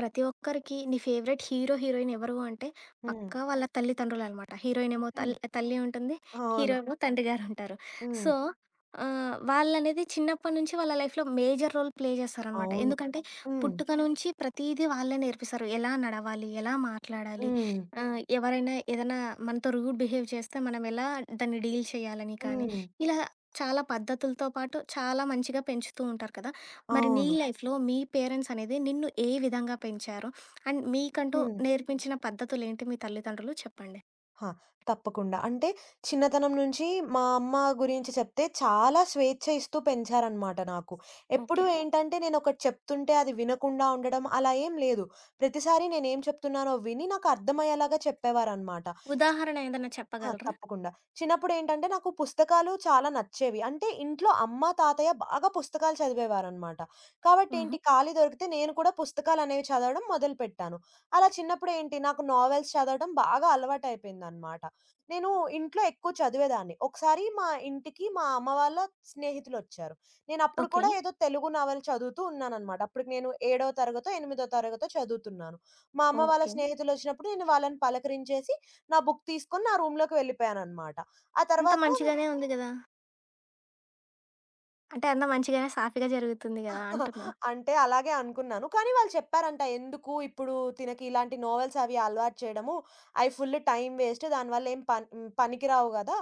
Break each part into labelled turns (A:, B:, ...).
A: ప్రతి ఒక్కరికి నీ ఫేవరెట్ హీరో, హీరోయిన్ ఎవరు అంటే
B: హ్మ్.
A: పక్కా వాళ్ళ తల్లిదండ్రులనమాట. హీరోయిన్ ఏమో
B: హ్మ్.
A: తల్లి ఉంటుంది. హీరో
B: అవును.
A: ఏమో తండ్రి గారుంటారు.
B: హ్మ్.
A: సో, వాళ్ళనేది చిన్నప్పటి నుంచి వాళ్ళ లైఫ్‌లో మేజర్ రోల్ ప్లే చేస్తారనమాట.
B: అవును.
A: ఎందుకంటే
B: హ్మ్.
A: పుట్టుక నుంచి ప్రతీదీ వాళ్ళే నేర్పిస్తారు. ఎలా నడవాలి? ఎలా మాట్లాడాలి?
B: హ్మ్.
A: ఎవరైనా ఏదైనా మనతో రూడ్ బిహేవ్ చేస్తే మనం ఎలా దాన్ని డీల్ చేయాలని కానీ,
B: హ్మ్.
A: ఇలా చాలా పద్ధతులతో పాటు చాలా మంచిగా పెంచుతూ ఉంటారు కదా! మరి నీ
B: అవును.
A: లైఫ్‌లో మీ పేరెంట్స్ అనేది నిన్ను ఏ విధంగా పెంచారు? అండ్ మీకంటూ
B: హ్మ్. హ్మ్.
A: నేర్పించిన పద్ధతులేంటి మీ తల్లిదండ్రులు? చెప్పండి.
B: ఆ! తప్పకుండా. అంటే చిన్నతనం నుంచి మా అమ్మ గురించి చెప్తే చాలా స్వేచ్ఛ ఇస్తూ పెంచారనమాట నాకు. ఎప్పుడు
A: ఓకే.
B: ఏంటంటే నేనొకటి చెప్తుంటే అది వినకుండా ఉండడం అలా ఏం లేదు. ప్రతిసారి నేనేం చెప్తున్నానో విని నాకు అర్థమయ్యేలాగా చెప్పేవారనమాట.
A: ఉదాహరణ ఏదన్నా
B: ఆ!
A: చెప్పగలరా?
B: తప్పకుండా. చిన్నప్పుడేంటంటే నాకు పుస్తకాలు చాలా నచ్చేవి. అంటే ఇంట్లో అమ్మ, తాతయ్య బాగా పుస్తకాలు చదివేవారనమాట. కాబట్టేంటి
A: హుహు.
B: ఖాళీ దొరికితే నేను కూడా పుస్తకాలనేవి చదవడం మొదలుపెట్టాను. అలా చిన్నప్పుడేంటి నాకు నావెల్స్ చదవడం బాగా అలవాటయిపోయిందనమాట. నేను ఇంట్లో ఎక్కువ చదివేదాన్ని. ఒకసారి మా ఇంటికి మా అమ్మ వాళ్ళ స్నేహితులొచ్చారు. నేనప్పుడు
A: ఓకే.
B: కూడా ఏదో తెలుగు నవల చదువుతూ ఉన్నాననమాట. అప్పటికి నేను ఏడో తరగతో, ఎనిమిదో తరగతో చదువుతున్నాను. మా అమ్మ వాళ్ళ
A: ఓకే.
B: స్నేహితులొచ్చినప్పుడు నేను వాళ్ళని పలకరించేసి నా బుక్ తీసుకొని నా రూమ్‌లోకి వెళ్ళిపోయాననమాట. ఆ
A: అంతా
B: తర్వాత
A: మంచిగానే ఉంది గదా! అంటే అంతా మంచిగానే సాఫీగా జరుగుతుంది గదా! అంటున్నా.
B: అంటే అలాగే అనుకున్నాను. కానీ వాళ్ళు చెప్పారంట, "ఎందుకు ఇప్పుడు తినకి ఇలాంటి నోవెల్స్ అవి అలవాటు చేయడము, అవి ఫుల్ టైమ్ వేస్ట్. దానివల్ల ఏం పనికిరావు గదా!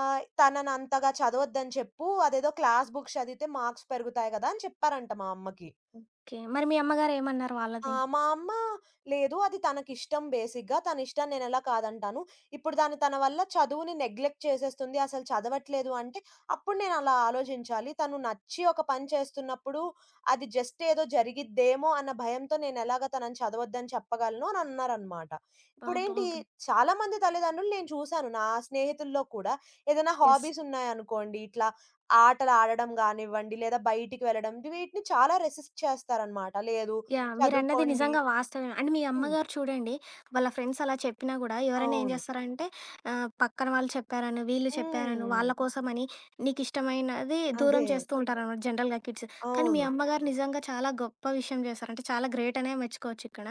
B: తననంతగా చదవద్దని చెప్పు. అదేదో క్లాస్ బుక్స్ చదివితే మార్క్స్ పెరుగుతాయి గదా!" అని చెప్పారంట మా అమ్మకి.
A: ఓకే. మరి మీ అమ్మగారేమన్నారు
B: ఆ!
A: వాళ్ళది?
B: మా అమ్మ లేదు అది తనకిష్టం బేసిక్‌గా. తనిష్టం నేనెలా కాదంటాను. ఇప్పుడు తన వల్ల చదువుని నెగ్లెక్ట్ చేసేస్తుంది. అసలు చదవట్లేదు అంటే, అప్పుడు నేనలా ఆలోచించాలి. తను నచ్చి ఒక పని చేస్తున్నప్పుడు, అది జస్ట్ ఏదో జరిగిద్దేమో అన్న భయంతో నేనెలాగా తనని చదవద్దని చెప్పగలను అని అన్నారనమాట. ఇప్పుడేంటి
A: అబ్బబ్బబ్బో!
B: చాలామంది తల్లిదండ్రులు నేను చూసాను. నా స్నేహితుల్లో కూడా ఏదైనా
A: యెస్.
B: హాబీస్ ఉన్నాయనుకోండి, ఇట్లా ఆటలు ఆడడం గానివ్వండి, లేదా బయటికి వెళ్ళడం వీటిని చాలా రెసిస్ట్ చేస్తారనమాట. లేదు
A: యాహ్! మీరన్నది
B: చదువుకోండి.
A: నిజంగా వాస్తవమే. అండ్ మీ
B: హ్మ్.
A: అమ్మగారు చూడండి, వాళ్ళ ఫ్రెండ్స్ అలా చెప్పినా గూడా ఎవరైనా ఏం
B: అవును.
A: జేస్తారంటే పక్కన వాళ్ళు చెప్పారనో, వీళ్ళు చెప్పారనో,
B: హ్మ్.
A: వాళ్ళ కోసమని నీకిష్టమైనది
B: అదే.
A: దూరం చేస్తూ ఉంటారనమాట జనరల్‌గా కిడ్స్. కానీ మీ
B: అవును.
A: అమ్మగారు నిజంగా చాలా గొప్ప విషయం జేశారు. అంటే చాలా గ్రేట్ అనే మెచ్చుకోవచ్చు ఇక్కడ.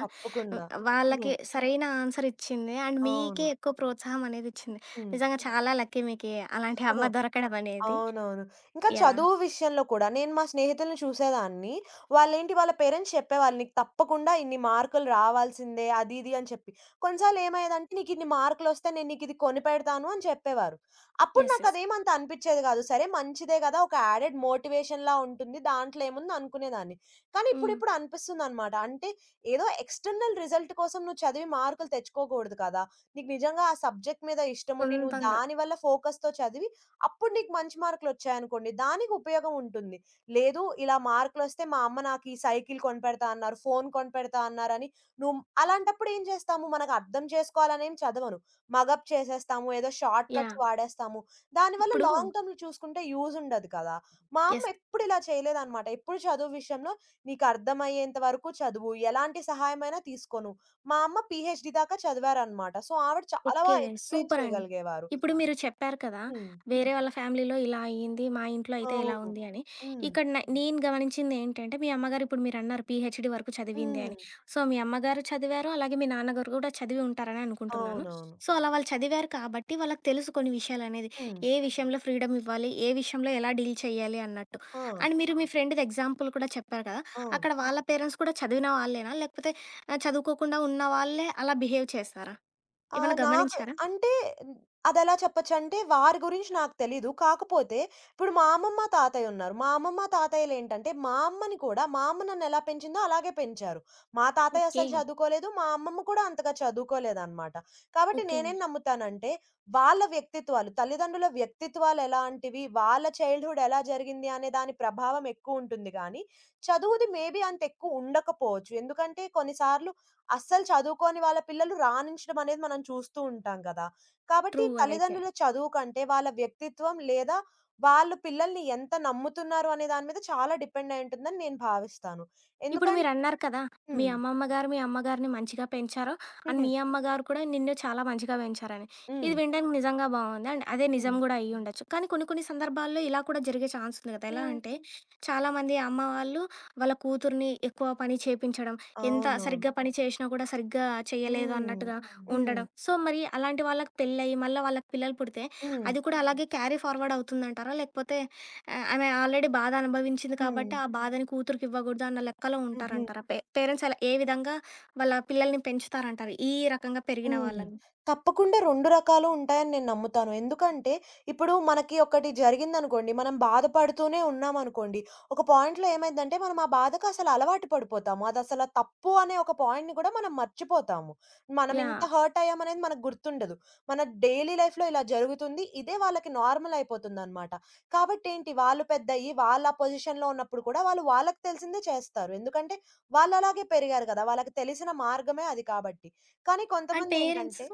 A: ఉమ్,
B: తప్పకుండా. హుహు.
A: వాళ్ళకి సరైన ఆన్సర్ ఇచ్చింది. అండ్ మీకే
B: అవును.
A: ఎక్కువ ప్రోత్సాహం అనేది ఇచ్చింది.
B: హ్మ్.
A: నిజంగా చాలా లక్కీ మీకి అలాంటి అమ్మ దొరకడం అనేది.
B: అవునవును. ఇంకా
A: యాహ్!
B: చదువు విషయంలో కూడా నేను మా స్నేహితులను చూసేదాన్ని. వాళ్ళేంటి వాళ్ళ పేరెంట్స్ చెప్పేవాళ్ళు "నీకు తప్పకుండా ఇన్ని మార్కులు రావాల్సిందే" అది ఇది అని చెప్పి. కొన్నిసార్లు ఏమయ్యేదంటే "నీకిన్ని మార్కులొస్తే నేను నీకిది కొనిపెడతాను" అని చెప్పేవారు. అప్పుడు
A: యెస్. యెస్.
B: నాకదేం అంత అనిపిచ్చేది గాదు. సరే మంచిదే గదా! ఒక యాడెడ్ మోటివేషన్‌లా ఉంటుంది. దాంట్లో ఏముంది అనుకునేదాన్ని. కానీ
A: హ్మ్.
B: ఇప్పుడిప్పుడు అనిపిస్తుందనమాట. అంటే ఏదో ఎక్స్‌టర్నల్ రిజల్ట్ కోసం నువ్వు చదివి మార్కులు తెచ్చుకోకూడదు కదా! నీకు నిజంగా ఆ సబ్జెక్ట్ మీద ఇష్టముండి నువ్వు
A: సొంతంగా.
B: దాని వల్ల ఫోకస్‌తో చదివి అప్పుడు నీకు మంచి మార్కులొచ్చాయనుకోండి, దానికి ఉపయోగం ఉంటుంది. లేదు ఇలా మార్కులొస్తే మా అమ్మ నాకీ సైకిల్ కొనిపెడతా అన్నారు, ఫోను కొనిపెడతా అన్నారని నువ్వు అలాంటప్పుడు ఏం చేస్తాము? మనకు అర్థం చేసుకోవాలనేం చదవను. మగప్ చేసేస్తాము, ఏదో షార్ట్ కట్స్
A: యాహ్!
B: వాడేస్తాము. దానివల్ల
A: ఇప్పుడు.
B: లాంగ్ టర్మ్‌లో చూసుకుంటే యూజ్ ఉండదు కదా! మా అమ్మ
A: యెస్.
B: ఎప్పుడు ఇలా చేయలేదనమాట. ఎప్పుడు చదువు విషయంలో నీకర్థమయ్యేంత వరకు చదువు, ఎలాంటి సహాయమైనా తీసుకో నువ్వు. మా అమ్మ పీహెచ్‌డీ దాకా చదివారనమాట. సో, ఆవిడ చాలా
A: ఓకే.
B: ఎక్స్‌ప్లెయిన్
A: సూపరండి.
B: చేయగలిగేవారు.
A: ఇప్పుడు మీరు చెప్పారు కదా!
B: హ్మ్.
A: వేరే వాళ్ళ ఫ్యామిలీలో ఇలా అయింది. మా ఇంట్లో అయితే ఇలా
B: అవును.
A: ఉంది అని.
B: హ్మ్.
A: ఇక్కడ నేను గమనించిందేంటంటే మీ అమ్మగారు ఇప్పుడు మీరన్నారు పీహెచ్‌డీ వరకు చదివింది
B: హ్మ్.
A: అని. సో, మీ అమ్మగారు చదివారు. అలాగే మీ నాన్నగారు కూడా చదివి ఉంటారని అనుకుంటున్నాను.
B: అవునవును.
A: సో, అలా వాళ్ళు చదివారు కాబట్టి వాళ్ళకి తెలుసు కొన్ని విషయాలనేది.
B: హ్మ్.
A: ఏ విషయంలో ఫ్రీడమ్ ఇవ్వాలి? ఏ విషయంలో ఎలా డీల్ చేయాలి అన్నట్టు.
B: ఆ!
A: అండ్ మీరు మీ ఫ్రెండ్‌ది ఎగ్జాంపుల్ కూడా చెప్పారు కదా!
B: అవును.
A: అక్కడ వాళ్ళ పేరెంట్స్ కూడా చదివిన వాళ్ళేనా? లేకపోతే చదువుకోకుండా ఉన్న వాళ్ళే అలా బిహేవ్ చేస్తారా?
B: ఆ!
A: ఏమన్నా
B: నాకు
A: గమనించారా?
B: అంటే అదెలా చెప్పచ్చంటే, వారి గురించి నాకు తెలీదు. కాకపోతే ఇప్పుడు మా అమ్మమ్మ, తాతయ్య ఉన్నారు. మా అమ్మమ్మ, తాతయ్యలేంటంటే, మా అమ్మని కూడా మా అమ్మ నన్నెలా పెంచిందో అలాగే పెంచారు. మా తాతయ్య
A: ఓకే.
B: అసలు చదువుకోలేదు. మా అమ్మమ్మ కూడా అంతగా చదువుకోలేదనమాట. కాబట్టి
A: ఓకే.
B: నేనేం నమ్ముతానంటే, వాళ్ళ వ్యక్తిత్వాలు, తల్లిదండ్రుల వ్యక్తిత్వాలు ఎలాంటివి, వాళ్ళ చైల్డ్‌హుడ్ ఎలా జరిగింది అనే దాని ప్రభావం ఎక్కువుంటుంది గానీ, చదువుది మేబీ అంత ఎక్కువ ఉండకపోవచ్చు. ఎందుకంటే కొన్నిసార్లు అస్సలు చదువుకోని వాళ్ళ పిల్లలు రాణించడం అనేది మనం చూస్తూ ఉంటాం కదా! కాబట్టి
A: ట్రూ అదైతే.
B: తల్లిదండ్రుల చదువు కంటే వాళ్ళ వ్యక్తిత్వం లేదా వాళ్ళు పిల్లల్ని ఎంత నమ్ముతున్నారు అనే దాని మీద చాలా డిపెండ్ అయి ఉంటుందని నేను భావిస్తాను.
A: ఇప్పుడు
B: ఎందుకన్
A: మీరన్నారు కదా! మీ
B: హ్మ్.
A: అమ్మమ్మ గారు, మీ అమ్మగారిని మంచిగా పెంచారు.
B: హ్మ్.
A: అండ్ మీ అమ్మగారు కూడా నిన్ను చాలా మంచిగా పెంచారని.
B: హ్మ్.
A: ఇది వినడానికి నిజంగా బావుంది. అండ్ అదే నిజం గూడా అయ్యుండొచ్చు. కానీ కొన్ని కొన్ని సందర్భాల్లో ఇలా కూడా జరిగే ఛాన్స్ ఉంది కదా! ఎలా
B: హ్మ్.
A: అంటే చాలామంది అమ్మ వాళ్ళు వాళ్ళ కూతుర్ని ఎక్కువ పని చేపించడం, ఎంత
B: అవునవును.
A: సరిగ్గా పని చేషినా కూడా సరిగ్గా చేయలేదు
B: హ్మ్.
A: అన్నట్టుగా
B: హ్మ్.
A: ఉండడం. సో, మరి అలాంటి వాళ్ళకి పెళ్ళయ్యి, మళ్ళా వాళ్ళకి పిల్లలు పుడితే
B: హ్మ్.
A: అది కూడా అలాగే క్యారీ ఫార్వర్డ్ అవుతుందంటారా? లేకపోతే ఆ! ఆమె ఆల్రెడీ బాధ అనుభవించింది
B: హ్మ్.
A: కాబట్టి, ఆ బాధని కూతురికివ్వగూడదు అన్న లెక్కలో
B: హుహు.
A: ఉంటారంటారా? పేరెంట్స్ అలా ఏ విధంగా వాళ్ళ పిల్లల్ని పెంచుతారంటారు, ఈ రకంగా పెరిగిన
B: హ్మ్.
A: వాళ్ళని?
B: తప్పకుండా 2 రకాలు ఉంటాయని నేను నమ్ముతాను. ఎందుకంటే, ఇప్పుడు మనకి ఒకటి జరిగిందనుకోండి, మనం బాధపడుతూనే ఉన్నామనుకోండి, ఒక పాయింట్‌లో ఏమైద్దంటే, మనం ఆ బాధకసలు అలవాటు పడిపోతాము. అదసల తప్పు అనే ఒక పాయింట్‌ని కూడా మనం మర్చిపోతాము. మనం ఇంత
A: యాహ్!
B: హర్ట్ అయ్యామనేది మనకు గుర్తుండదు. మన డైలీ లైఫ్‌లో ఇలా జరుగుతుంది. ఇదే వాళ్ళకి నార్మల్ అయిపోతుందనమాట. కాబట్టేంటి, వాళ్ళు పెద్దయ్యి, వాళ్ళ పొజిషన్‌లో ఉన్నప్పుడు కూడా వాళ్ళు వాళ్ళకి తెలిసిందే చేస్తారు. ఎందుకంటే, వాళ్ళలాగే పెరిగారు కదా! వాళ్ళకి తెలిసిన మార్గమే అది కాబట్టి. కానీ
A: అండ్ పేరెంట్స్.
B: కొంతమందేంటంటే,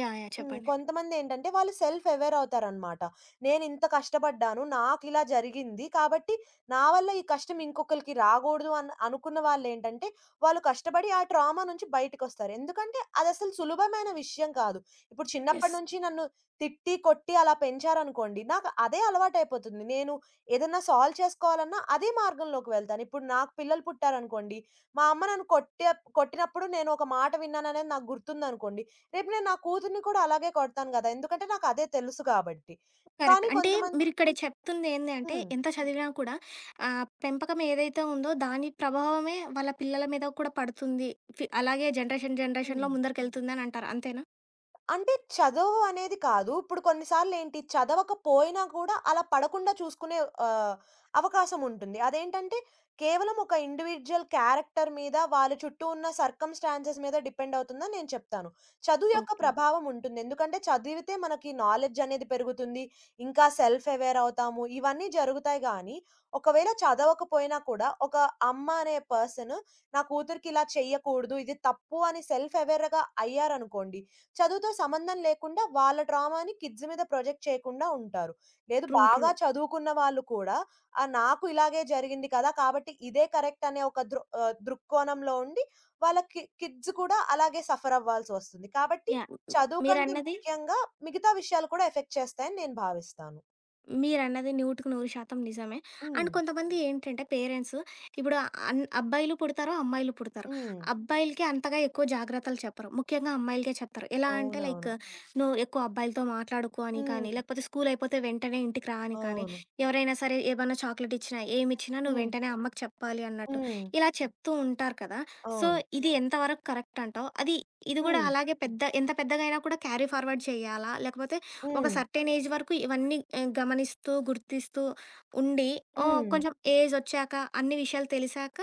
A: యాహ్! యాహ్!
B: హ్మ్.
A: చెప్పండి.
B: కొంతమందేంటంటే వాళ్ళు సెల్ఫ్ అవేర్ అవుతారనమాట. నేనింత కష్టపడ్డాను, నాకిలా జరిగింది కాబట్టి నా వల్ల ఈ కష్టం ఇంకొకళ్ళకి రాగూడదు అని అనుకున్న వాళ్ళేంటంటే, వాళ్ళు కష్టపడి ఆ ట్రామా నుంచి బయటకొస్తారు. ఎందుకంటే అదసలు సులభమైన విషయం కాదు. ఇప్పుడు
A: యెస్.
B: చిన్నప్పటి నుంచి నన్ను తిట్టి, కొట్టి అలా పెంచారనుకోండి, నాకు అదే అలవాటయిపోతుంది. నేను ఏదన్నా సాల్వ్ చేసుకోవాలన్నా అదే మార్గంలోకి వెళ్తాను. ఇప్పుడు నాకు పిల్లలు పుట్టారనుకోండి, మా అమ్మ నన్ను కొట్టినప్పుడు నేను ఒక మాట విన్నాననేది నాకు గుర్తుందనుకోండి, రేపు నేను నా కూతురిని కూడా అలాగే కొడతాను గదా! ఎందుకంటే నాకదే తెలుసు కాబట్టి.
A: కరెక్ట్.
B: కానీ
A: అంటే
B: కొంతమంది
A: మీరిక్కడ చెప్తుందేంది అంటే,
B: హ్మ్.
A: ఎంత చదివినా కూడా పెంపకం ఏదైతే ఉందో దాని ప్రభావమే వాళ్ళ పిల్లల మీద కూడా పడుతుంది. అలాగే జనరేషన్ జనరేషన్‌లో
B: హ్మ్.
A: ముందరికెళ్తుందని అంటారు. అంతేనా?
B: అంటే చదువు అనేది కాదు. ఇప్పుడు కొన్ని సార్లేంటి చదవకపోయినా కూడా అలా పడకుండా చూసుకునే ఆహ్, అవకాశం ఉంటుంది. అదేంటంటే కేవలం ఒక ఇండివిడ్యుయల్ క్యారెక్టర్ మీద, వాళ్ళ చుట్టూ ఉన్న సర్కమ్‌స్టాన్సెస్ మీద డిపెండ్ అవుతుందని నేను చెప్తాను. చదువు యొక్క
A: ఓకే.
B: ప్రభావం ఉంటుంది. ఎందుకంటే చదివితే మనకి నాలెడ్జ్ అనేది పెరుగుతుంది. ఇంకా సెల్ఫ్ అవేర్ అవుతాము. ఇవన్నీ జరుగుతాయి గానీ, ఒకవేళ చదవకపోయినా కూడా ఒక అమ్మ అనే పర్సన్ నా కూతురికి ఇలా చేయకూడదు, ఇది తప్పు అని సెల్ఫ్ అవేర్‌గా అయ్యారనుకోండి, చదువుతో సంబంధం లేకుండా వాళ్ళ ట్రామాని కిడ్స్ మీద ప్రొజెక్ట్ చేయకుండా ఉంటారు. లేదు
A: ట్రూ. ట్రూ.
B: బాగా చదువుకున్న వాళ్ళు కూడా నాకు ఇలాగే జరిగింది కదా! కాబట్టి ఇదే కరెక్ట్ అనే ఒక దృక్కోణంలో ఉండి వాళ్ళ కిడ్స్ కూడా అలాగే సఫర్ అవ్వాల్సొస్తుంది. కాబట్టి
A: యాహ్!
B: చదువు కంటే
A: మీరన్నది
B: ముఖ్యంగా మిగతా విషయాలు కూడా ఎఫెక్ట్ చేస్తాయని నేను భావిస్తాను.
A: మీరన్నది నూటికి నూరు శాతం నిజమే. అండ్
B: హ్మ్.
A: కొంతమంది ఏంటంటే పేరెంట్స్ ఇప్పుడు అబ్బాయిలు పుడతారు, అమ్మాయిలు పుడతారు.
B: హ్మ్.
A: అబ్బాయిలకి అంతగా ఎక్కువ జాగ్రత్తలు చెప్పరు. ముఖ్యంగా అమ్మాయిలకే చెప్తారు. ఎలా అంటే లైక్
B: అవునవును.
A: నువ్వు ఎక్కువ అబ్బాయిలతో మాట్లాడకు అని
B: హ్మ్.
A: కానీ, లేకపోతే స్కూల్ అయిపోతే వెంటనే ఇంటికి రా అని కానీ,
B: అవును.
A: ఎవరైనా సరే ఏమన్నా చాక్లెట్ ఇచ్చినా, ఏమిచ్చినా నువ్వు
B: హ్మ్.
A: వెంటనే అమ్మకి చెప్పాలి అన్నట్టు.
B: హ్మ్.
A: ఇలా చెప్తూ ఉంటారు కదా! సో,
B: అవును.
A: ఇది ఎంతవరకు కరెక్ట్ అంటావు? అది ఇది గూడా
B: హ్మ్.
A: అలాగే పెద్ద ఎంత పెద్దగా అయినా కూడా క్యారీ ఫార్వర్డ్ చేయాలా? లేకపోతే ఒక
B: హ్మ్.
A: సర్టెన్ ఏజ్ వరకు ఇవన్నీ గమనిస్తూ, గుర్తిస్తూ ఉండి ఓహ్!
B: హ్మ్.
A: కొంచెం ఏజ్ ఒచ్చాక అన్ని విషయాలు తెలిసాక,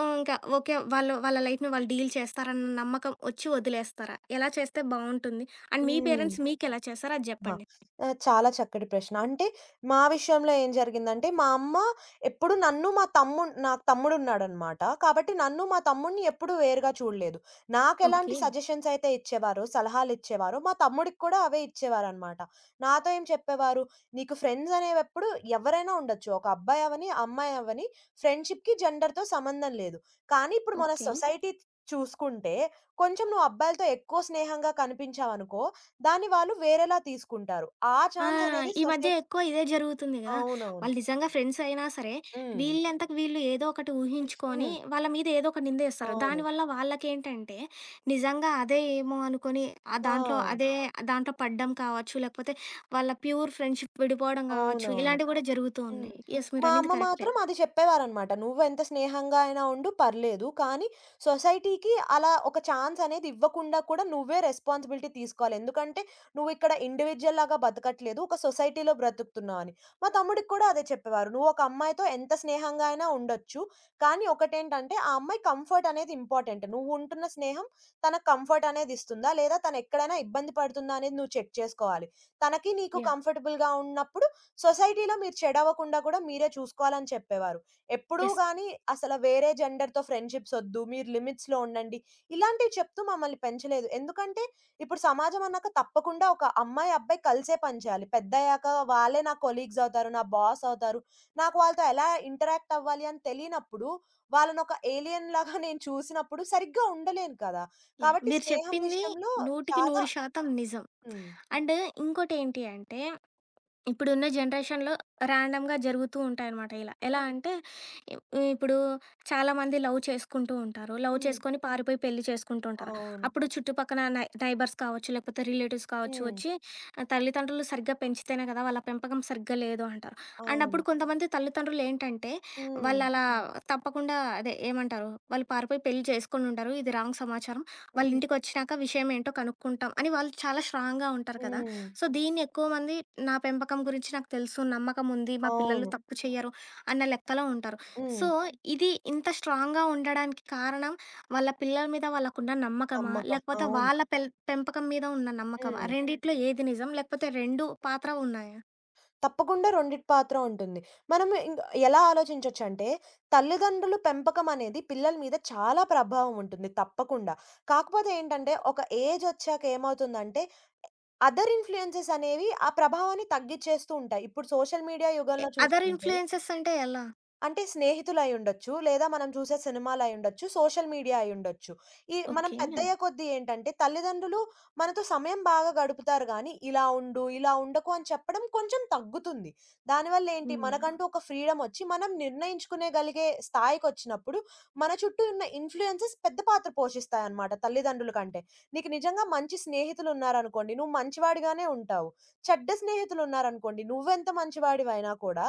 A: ఇంకా ఓకే. వాళ్ళు వాళ్ళ లైఫ్‌ని వాళ్ళు డీల్ చేస్తారన్న నమ్మకం ఒచ్చి వదిలేస్తారా? ఎలా చేస్తే బావుంటుంది? అండ్ మీ
B: హ్మ్.
A: పేరెంట్స్ మీకెలా చేశారో అది
B: అహా!
A: జెప్పండి.
B: చాలా చక్కటి ప్రశ్న. అంటే మా విషయంలో ఏం జరిగిందంటే, మా అమ్మ ఎప్పుడు నన్ను మా తమ్ముడు నాకు తమ్ముడున్నాడనమాట. కాబట్టి నన్ను, మా తమ్ముడిని ఎప్పుడూ వేరుగా చూడలేదు. నాకెలాంటి
A: ఓకే.
B: సజెషన్స్ అయితే ఇచ్చేవారో, సలహాలిచ్చేవారో, మా తమ్ముడికి కూడా అవే ఇచ్చేవారనమాట. నాతో ఏం చెప్పేవారు, "నీకు ఫ్రెండ్స్ అనేవెప్పుడు ఎవరైనా ఉండొచ్చు. ఒక అబ్బాయి అవని, అమ్మాయి అవని ఫ్రెండ్‌షిప్‌కి, జెండర్‌తో సంబంధం లేదు. కానీ ఇప్పుడు మన
A: ఓకే.
B: సొసైటీ చూసుకుంటే, కొంచెం నువ్వు అబ్బాయిలతో ఎక్కువ స్నేహంగా కనిపించావనుకో దాన్ని వాళ్ళు వేరేలా తీసుకుంటారు. ఆ
A: ఆ!
B: ఛాన్స్ అనేది
A: ఈ మధ్య
B: సొసైటీ
A: ఎక్కువ ఇదే జరుగుతుంది గదా!
B: అవునవును.
A: వాళ్ళు నిజంగా ఫ్రెండ్స్ అయినా సరే,
B: హ్మ్.
A: వీళ్ళంతకు వీళ్ళు ఏదో ఒకటి ఊహించుకొని,
B: హ్మ్.
A: వాళ్ళ మీద ఏదో ఒక నిందేస్తారు.
B: అవును.
A: దానివల్ల వాళ్ళకేంటంటే, నిజంగా అదే ఏమో అనుకోని, ఆ
B: ఆ!
A: దాంట్లో అదే దాంట్లో పడ్డం కావచ్చు, లేకపోతే వాళ్ళ ప్యూర్ ఫ్రెండ్‌షిప్ విడిపోవడం గావచ్చు,
B: అవునవును.
A: ఇలాంటివి గూడా జరుగుతూ
B: హ్మ్.
A: ఉన్నాయి. యెస్.
B: మా
A: మీరనింది
B: అమ్మ
A: కరెక్టే.
B: మాత్రం అది చెప్పేవారనమాట. "నువ్వెంత స్నేహంగా అయినా ఉండు పర్లేదు. కానీ సొసైటీకి అలా ఒక ఛాన్స్ అనేది ఇవ్వకుండా కూడా నువ్వే రెస్పాన్సిబిలిటీ తీసుకోవాలి. ఎందుకంటే నువ్విక్కడ ఇండివిడ్యుయల్ లాగా బతకట్లేదు. ఒక సొసైటీలో బ్రతుకుతున్నావు" అని. మా తమ్ముడికి కూడా అదే చెప్పేవారు. "నువ్వు ఒక అమ్మాయితో ఎంత స్నేహంగా అయినా ఉండొచ్చు. కానీ ఒకటేంటంటే ఆ అమ్మాయి కంఫర్ట్ అనేది ఇంపార్టెంట్. నువ్వు ఉంటున్న స్నేహం తనకు కంఫర్ట్ అనేది ఇస్తుందా? లేదా తను ఎక్కడైనా ఇబ్బంది పడుతుందా అనేది నువ్వు చెక్ చేసుకోవాలి. తనకి నీకు
A: యాహ్!
B: కంఫర్టబుల్‌గా ఉన్నప్పుడు సొసైటీలో మీరు చెడవ్వకుండా కూడా మీరే చూసుకోవాలని చెప్పేవారు. ఎప్పుడూ
A: యెస్.
B: గాని అసల వేరే జెండర్‌తో ఫ్రెండ్‌షిప్స్ ఒద్దు. మీరు లిమిట్స్‌లో ఉండండి. ఇలాంటివి చెప్తూ మమ్మల్ని పెంచలేదు. ఎందుకంటే ఇప్పుడు సమాజం అన్నాక తప్పకుండా ఒక అమ్మాయి, అబ్బాయి కలిసే పని చేయాలి. పెద్దయ్యాక వాళ్ళే నా కొలీగ్స్ అవుతారు. నా బాస్ అవుతారు. నాకు వాళ్ళతో ఎలా ఇంటరాక్ట్ అవ్వాలి అని తెలియనప్పుడు వాళ్ళనొక ఏలియన్‌లాగా నేను చూసినప్పుడు సరిగ్గా ఉండలేను కదా!
A: యాహ్!
B: కాబట్టి
A: మీరు
B: స్నేహం
A: చెప్పింది
B: విషయంలో
A: 100కి
B: చాలా
A: 100% నిజం.
B: హ్మ్.
A: అండ్ ఇంకోటేంటి అంటే ఇప్పుడున్న జనరేషన్‌లో ర్యాండమ్‌గా జరుగుతూ ఉంటాయనమాట ఇలా. ఎలా
B: హ్మ్.
A: అంటే ఇ ఇప్పుడు చాలామంది లవ్ చేసుకుంటూ ఉంటారు. లవ్
B: హ్మ్.
A: చేసుకొని పారిపోయి పెళ్లి చేసుకుంటూ ఉంటారు.
B: అవును.
A: అప్పుడు చుట్టుపక్కన నైబర్స్ కావచ్చు, లేకపోతే రిలేటివ్స్ కావచ్చు
B: హ్మ్.
A: వచ్చి, "ఆ, తల్లిదండ్రులు సరిగ్గా పెంచితేనే కదా! వాళ్ళ పెంపకం సరిగ్గా లేదు" అంటారు. అండ్
B: అవును.
A: అప్పుడు కొంతమంది తల్లిదండ్రులు ఏంటంటే
B: హ్మ్.
A: వాళ్ళలా తప్పకుండా అదే ఏమంటారు? వాళ్ళు పారిపోయి పెళ్లి చేసుకొనుంటారు. ఇది రాంగ్ సమాచారం. వాళ్ళ
B: హ్మ్.
A: ఇంటికొచ్చినాక విషయం ఏంటో కనుక్కుంటాం అని వాళ్ళు చాలా స్ట్రాంగ్‌గా ఉంటారు కదా!
B: హ్మ్.
A: సో, దీన్ని ఎక్కువ మంది నా పెంపకం గురించి నాకు తెలుసు, నమ్మకముంది, మా పిల్లలు
B: అవును.
A: తప్పు చెయ్యరు అన్న లెక్కలో ఉంటారు.
B: హ్మ్.
A: సో, ఇది ఇంత స్ట్రాంగ్‌గా ఉండడానికి కారణం వాళ్ళ పిల్లల మీద వాళ్ళకున్న నమ్మకమా?
B: నమ్మకం.
A: లేకపోతే
B: అవును.
A: వాళ్ళ పెంపకం మీద ఉన్న నమ్మకమా?
B: హ్మ్.
A: రెండిట్లో ఏది నిజం? లేకపోతే 2 పాత్ర ఉన్నాయా?
B: తప్పకుండా రెండిటి పాత్ర ఉంటుంది. మనం ఇంక ఎలా ఆలోచించొచ్చంటే, తల్లిదండ్రులు పెంపకం అనేది పిల్లల మీద చాలా ప్రభావం ఉంటుంది తప్పకుండా. కాకపోతే ఏంటంటే, ఒక ఏజొచ్చాక ఏమవుతుందంటే, అదర్ ఇన్‌ఫ్లుయెన్సెస్ అనేవి ఆ ప్రభావాన్ని తగ్గిచ్చేస్తూ ఉంటాయి. ఇప్పుడు సోషల్ మీడియా
A: ఎ
B: యుగంలో
A: అదర్
B: చూసుకుంటే
A: ఇన్‌ఫ్లుయెన్సెస్ అంటే ఎలా?
B: అంటే స్నేహితులయ్యుండొచ్చు. లేదా మనం చూసే సినిమాలయ్యుండొచ్చు. సోషల్ మీడియా అయ్యుండొచ్చు. ఈ మనం
A: ఓకే.
B: పెద్దయ్యే కొద్దీ ఏంటంటే, తల్లిదండ్రులు మనతో సమయం బాగా గడుపుతారు గానీ, ఇలా ఉండు, ఇలా ఉండకు అని చెప్పడం కొంచెం తగ్గుతుంది. దానివల్ల ఏంటి
A: హ్మ్.
B: మనకంటూ ఒక ఫ్రీడమొచ్చి, మనం నిర్ణయించుకునేగలిగే స్థాయికొచ్చినప్పుడు, మన చుట్టూ ఉన్న ఇన్‌ఫ్లుయెన్సెస్ పెద్ద పాత్ర పోషిస్తాయన్నమాట తల్లిదండ్రుల కంటే. నీకు నిజంగా మంచి స్నేహితులున్నారనుకోండి, నువ్వు మంచివాడిగానే ఉంటావు. చెడ్డ స్నేహితులున్నారనుకోండి, నువ్వెంత మంచివాడివైనా కూడా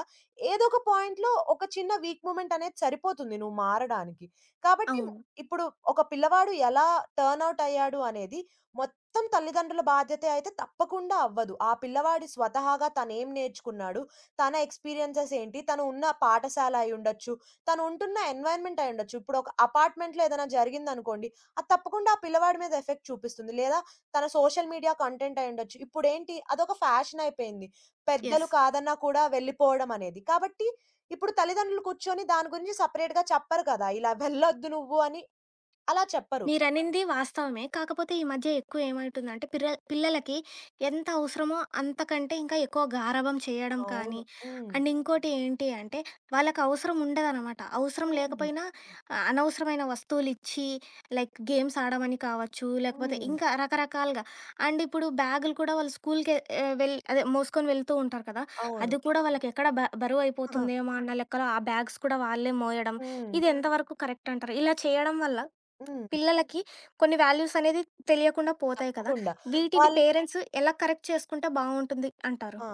B: ఏదో ఒక పాయింట్‌లో ఒక చిన్న వీక్ మూమెంట్ అనేది సరిపోతుంది నువ్వు మారడానికి. కాబట్టి
A: అవును.
B: ఇప్పుడు ఒక పిల్లవాడు ఎలా టర్న్ ఔట్ అయ్యాడు అనేది మొత్తం తల్లిదండ్రుల బాధ్యతే అయితే తప్పకుండా అవ్వదు. ఆ పిల్లవాడి స్వతహాగా తనేం నేర్చుకున్నాడు? తన ఎక్స్‌పీరియన్సెస్ ఏంటి? తను ఉన్న పాఠశాల అయ్యుండొచ్చు, తను ఉంటున్న ఎన్వైర్న్‌మెంట్ అయ్యుండొచ్చు. ఇప్పుడు ఒక అపార్ట్‌మెంట్‌లో ఏదైనా జరిగిందనుకోండి, అది తప్పకుండా ఆ పిల్లవాడి మీద ఎఫెక్ట్ చూపిస్తుంది. లేదా తన సోషల్ మీడియా కంటెంట్ అయ్యుండొచ్చు. ఇప్పుడేంటి అదొక ఫ్యాషన్ అయిపోయింది. పెద్దలు
A: యెస్.
B: కాదన్నా కూడా వెళ్ళిపోవడం అనేది. కాబట్టి ఇప్పుడు తల్లిదండ్రులు కూర్చొని దాని గురించి సెపరేట్‌గా చెప్పరు కదా! ఇలా వెళ్ళొద్దు నువ్వు అని అలా చెప్పరు.
A: మీరనింది వాస్తవమే. కాకపోతే ఈ మధ్య ఎక్కువ ఏమైతుందంటే పిల్లలకి ఎంత అవసరమో అంతకంటే ఇంకా ఎక్కువ గారాబం చేయడం కానీ,
B: అవును. హ్మ్.
A: అండ్ ఇంకోటి ఏంటి అంటే వాళ్ళకి అవసరం ఉండదనమాట. అవసరం
B: హ్మ్.
A: లేకపోయినా అనవసరమైన వస్తువులిచ్చి లైక్ గేమ్స్ ఆడమని కావచ్చు, లేకపోతే
B: హ్మ్.
A: ఇంకా రకరకాలుగా. అండ్ ఇప్పుడు బ్యాగులు కూడా వాళ్ళు స్కూల్‌కే ఆహ్, వెళ్ అదే మోసుకొని వెళ్తూ ఉంటారు కదా!
B: అవును.
A: అది కూడా వాళ్ళకెక్కడ బరువయిపోతుందేమో అన్న లెక్కలో ఆ బ్యాగ్స్ కూడా వాళ్ళే మోయడం.
B: హ్మ్.
A: ఇది ఎంతవరకు కరెక్ట్ అంటారు? ఇలా చేయడం వల్ల
B: హ్మ్.
A: పిల్లలకి కొన్ని వాల్యూస్ అనేది తెలియకుండా పోతాయి కదా!
B: తప్పకుండా.
A: వీటిని
B: వాళ్ళు
A: పేరెంట్స్ ఎలా కరెక్ట్ చేసుకుంటే బావుంటుంది అంటారు?
B: ఆ!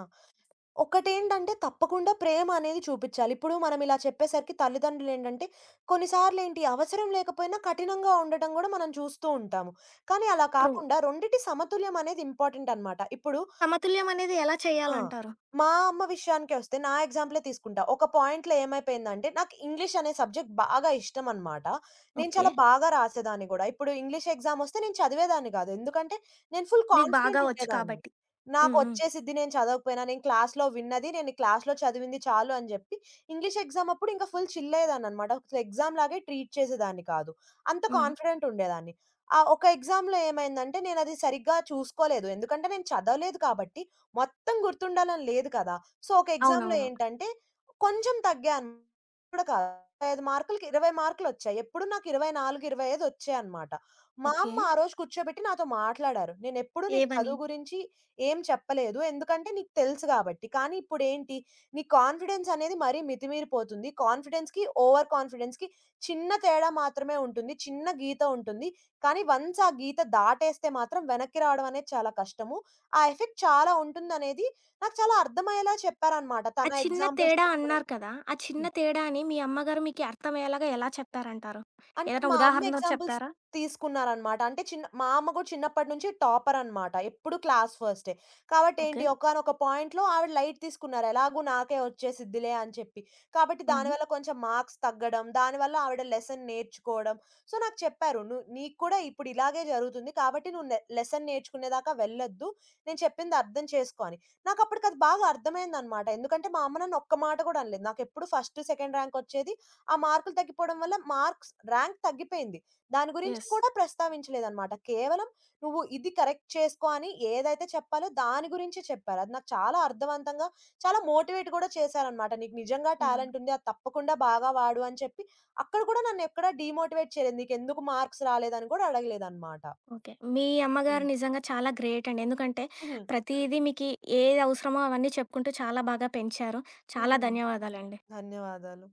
B: ఒకటేంటంటే తప్పకుండా ప్రేమ అనేది చూపిచ్చాలి. ఇప్పుడు మనం ఇలా చెప్పేసరికి తల్లిదండ్రులేంటంటే కొన్నిసార్లేంటి అవసరం లేకపోయినా కఠినంగా ఉండటం గూడా మనం చూస్తూ ఉంటాము. కానీ అలా
A: ట్రూ.
B: కాకుండా రెండిటి సమతుల్యం అనేది ఇంపార్టెంట్ అన్నమాట. ఇప్పుడు
A: సమతుల్యం అనేది ఎలా
B: ఆ!
A: చేయాలంటారు?
B: మా అమ్మ విషయానికొస్తే నా ఎగ్జాంపులే తీసుకుంటా. ఒక పాయింట్‌లో ఏమైపోయిందంటే, నాకు ఇంగ్లీష్ అనే సబ్జెక్ట్ బాగా ఇష్టమనమాట. నేను
A: ఓకే.
B: చాలా బాగా రాసేదాన్ని గూడా. ఇప్పుడు ఇంగ్లీష్ ఎగ్జామొస్తే నేను చదివేదాన్ని గాదు. ఎందుకంటే, నేను ఫుల్
A: నీకు బాగా
B: కాన్ఫిడెంట్
A: వచ్చు
B: ఉండేదాన్ని.
A: కాబట్టి. హ్మ్. హ్మ్.
B: నాకొచ్చేసిద్ది నేను చదవకపోయినా, నేను క్లాస్‌లో విన్నది, నేను క్లాస్‌లో చదివింది చాలు అని జెప్పి, ఇంగ్లీష్ ఎగ్జామ్ అప్పుడు ఇంకా ఫుల్ చిల్లయ్యేదాన్ననమాట. అసలు ఎగ్జామ్ లాగే ట్రీట్ చేసేదాన్ని కాదు. అంత
A: హ్మ్.
B: కాన్ఫిడెంట్ ఉండేదాన్ని. ఆ ఒక ఎగ్జామ్‌లో ఏమైందంటే, నేనది సరిగ్గా చూసుకోలేదు. ఎందుకంటే, నేను చదవలేదు కాబట్టి మొత్తం గుర్తుండాలని లేదు కదా! సో, ఒక ఎగ్జామ్‌లో
A: అవునవును.
B: ఏంటంటే, కొంచెం తగ్గాను కూడా కాదు. 25 మార్కులకి 20 మార్కులొచ్చాయి. ఎప్పుడూ నాకు 24, 25 వచ్చాయన్నమాట. మా
A: ఓకే.
B: అమ్మ ఆ రోజు కూర్చోబెట్టి నాతో మాట్లాడారు. "నేనెప్పుడూ నీకు
A: ఏమని?
B: చదువు గురించి ఏం చెప్పలేదు. ఎందుకంటే నీకు తెలుసు గాబట్టి. కానీ ఇప్పుడేంటి నీ కాన్ఫిడెన్స్ అనేది మరీ మితిమీరిపోతుంది. కాన్ఫిడెన్స్‌కి, ఓవర్ కాన్ఫిడెన్స్‌కి చిన్న తేడా మాత్రమే ఉంటుంది. చిన్న గీత ఉంటుంది. కానీ వన్స్ ఆ గీత దాటేస్తే మాత్రం వెనక్కి రావడం అనేది చాలా కష్టము. ఆ ఎఫెక్ట్ చాలా ఉంటుందనేది నాకు చాలా అర్థమయ్యేలా చెప్పారనమాట.
A: ఆ
B: తన
A: చిన్న
B: ఎగ్జాంపుల్స్
A: తేడా
B: చెప్పడం.
A: అన్నారు కదా! ఆ చిన్న తేడాని మీ అమ్మగారు మీకు అర్థమయ్యేలాగా ఎలా చెప్పారంటారు?
B: అంటే
A: ఏదైనా
B: మా అమ్మ
A: ఉదాహరణతో
B: ఎగ్జాంపుల్స్
A: చెప్తారా?
B: తీసుకున్నారనమాట. అంటే చిన్న మా అమ్మ గూడా చిన్నప్పటి నుంచి టాపరనమాట. ఎప్పుడు క్లాస్ ఫస్టే. కాబట్టి ఏంటి
A: ఓకే.
B: ఒకానొక పాయింట్‌లో ఆవిడ లైట్ తీసుకున్నారు. ఎలాగో నాకే వచ్చేసిద్దిలే అని చెప్పి. కాబట్టి
A: హుహు.
B: దానివల్ల కొంచెం మార్క్స్ తగ్గడం, దానివల్ల ఆవిడ లెసన్ నేర్చుకోవడం. సో, నాకు చెప్పారు. "నువ్వు నీకు కూడా ఇప్పుడు ఇలాగే జరుగుతుంది. కాబట్టి నువ్వు లెసన్ నేర్చుకునేదాకా వెళ్ళొద్దు. నేను చెప్పింది అర్థం చేసుకో" అని. నాకప్పటికది బాగా అర్థమైందనమాట. ఎందుకంటే మా అమ్మ నన్ను ఒక్క మాట గూడా అనలేదు. నాకెప్పుడు ఫస్ట్, సెకండ్ ర్యాంకొచ్చేది. ఆ మార్కులు తగ్గిపోవడం వల్ల మార్క్స్ ర్యాంక్ తగ్గిపోయింది. దాని గురించి
A: యెస్.
B: కూడా ప్రస్తావించలేదనమాట. కేవలం "నువ్వు ఇది కరెక్ట్ చేసుకో" అని ఏదైతే చెప్పాలో దాని గురించే చెప్పారు. అది నాకు చాలా అర్థవంతంగా, చాలా మోటివేట్ గూడా చేశారనమాట. "నీకు నిజంగా
A: హ్మ్.
B: టాలెంట్ ఉంది. అది తప్పకుండా బాగా వాడు" అని చెప్పి అక్కడ కూడా నన్నెక్కడా డీమోటివేట్ చేయలేదు. "నీకెందుకు మార్క్స్ రాలేదని" కూడా అడగలేదనమాట.
A: ఓకే. మీ
B: హ్మ్.
A: అమ్మగారు నిజంగా చాలా గ్రేట్ అండి. ఎందుకంటే
B: హ్మ్. హ్మ్.
A: ప్రతీదీ మీకి ఏది అవసరమో అవన్నీ చెప్పుకుంటూ చాలా బాగా పెంచారు. చాలా
B: హ్మ్.
A: ధన్యవాదాలండి.
B: ధన్యవాదాలు.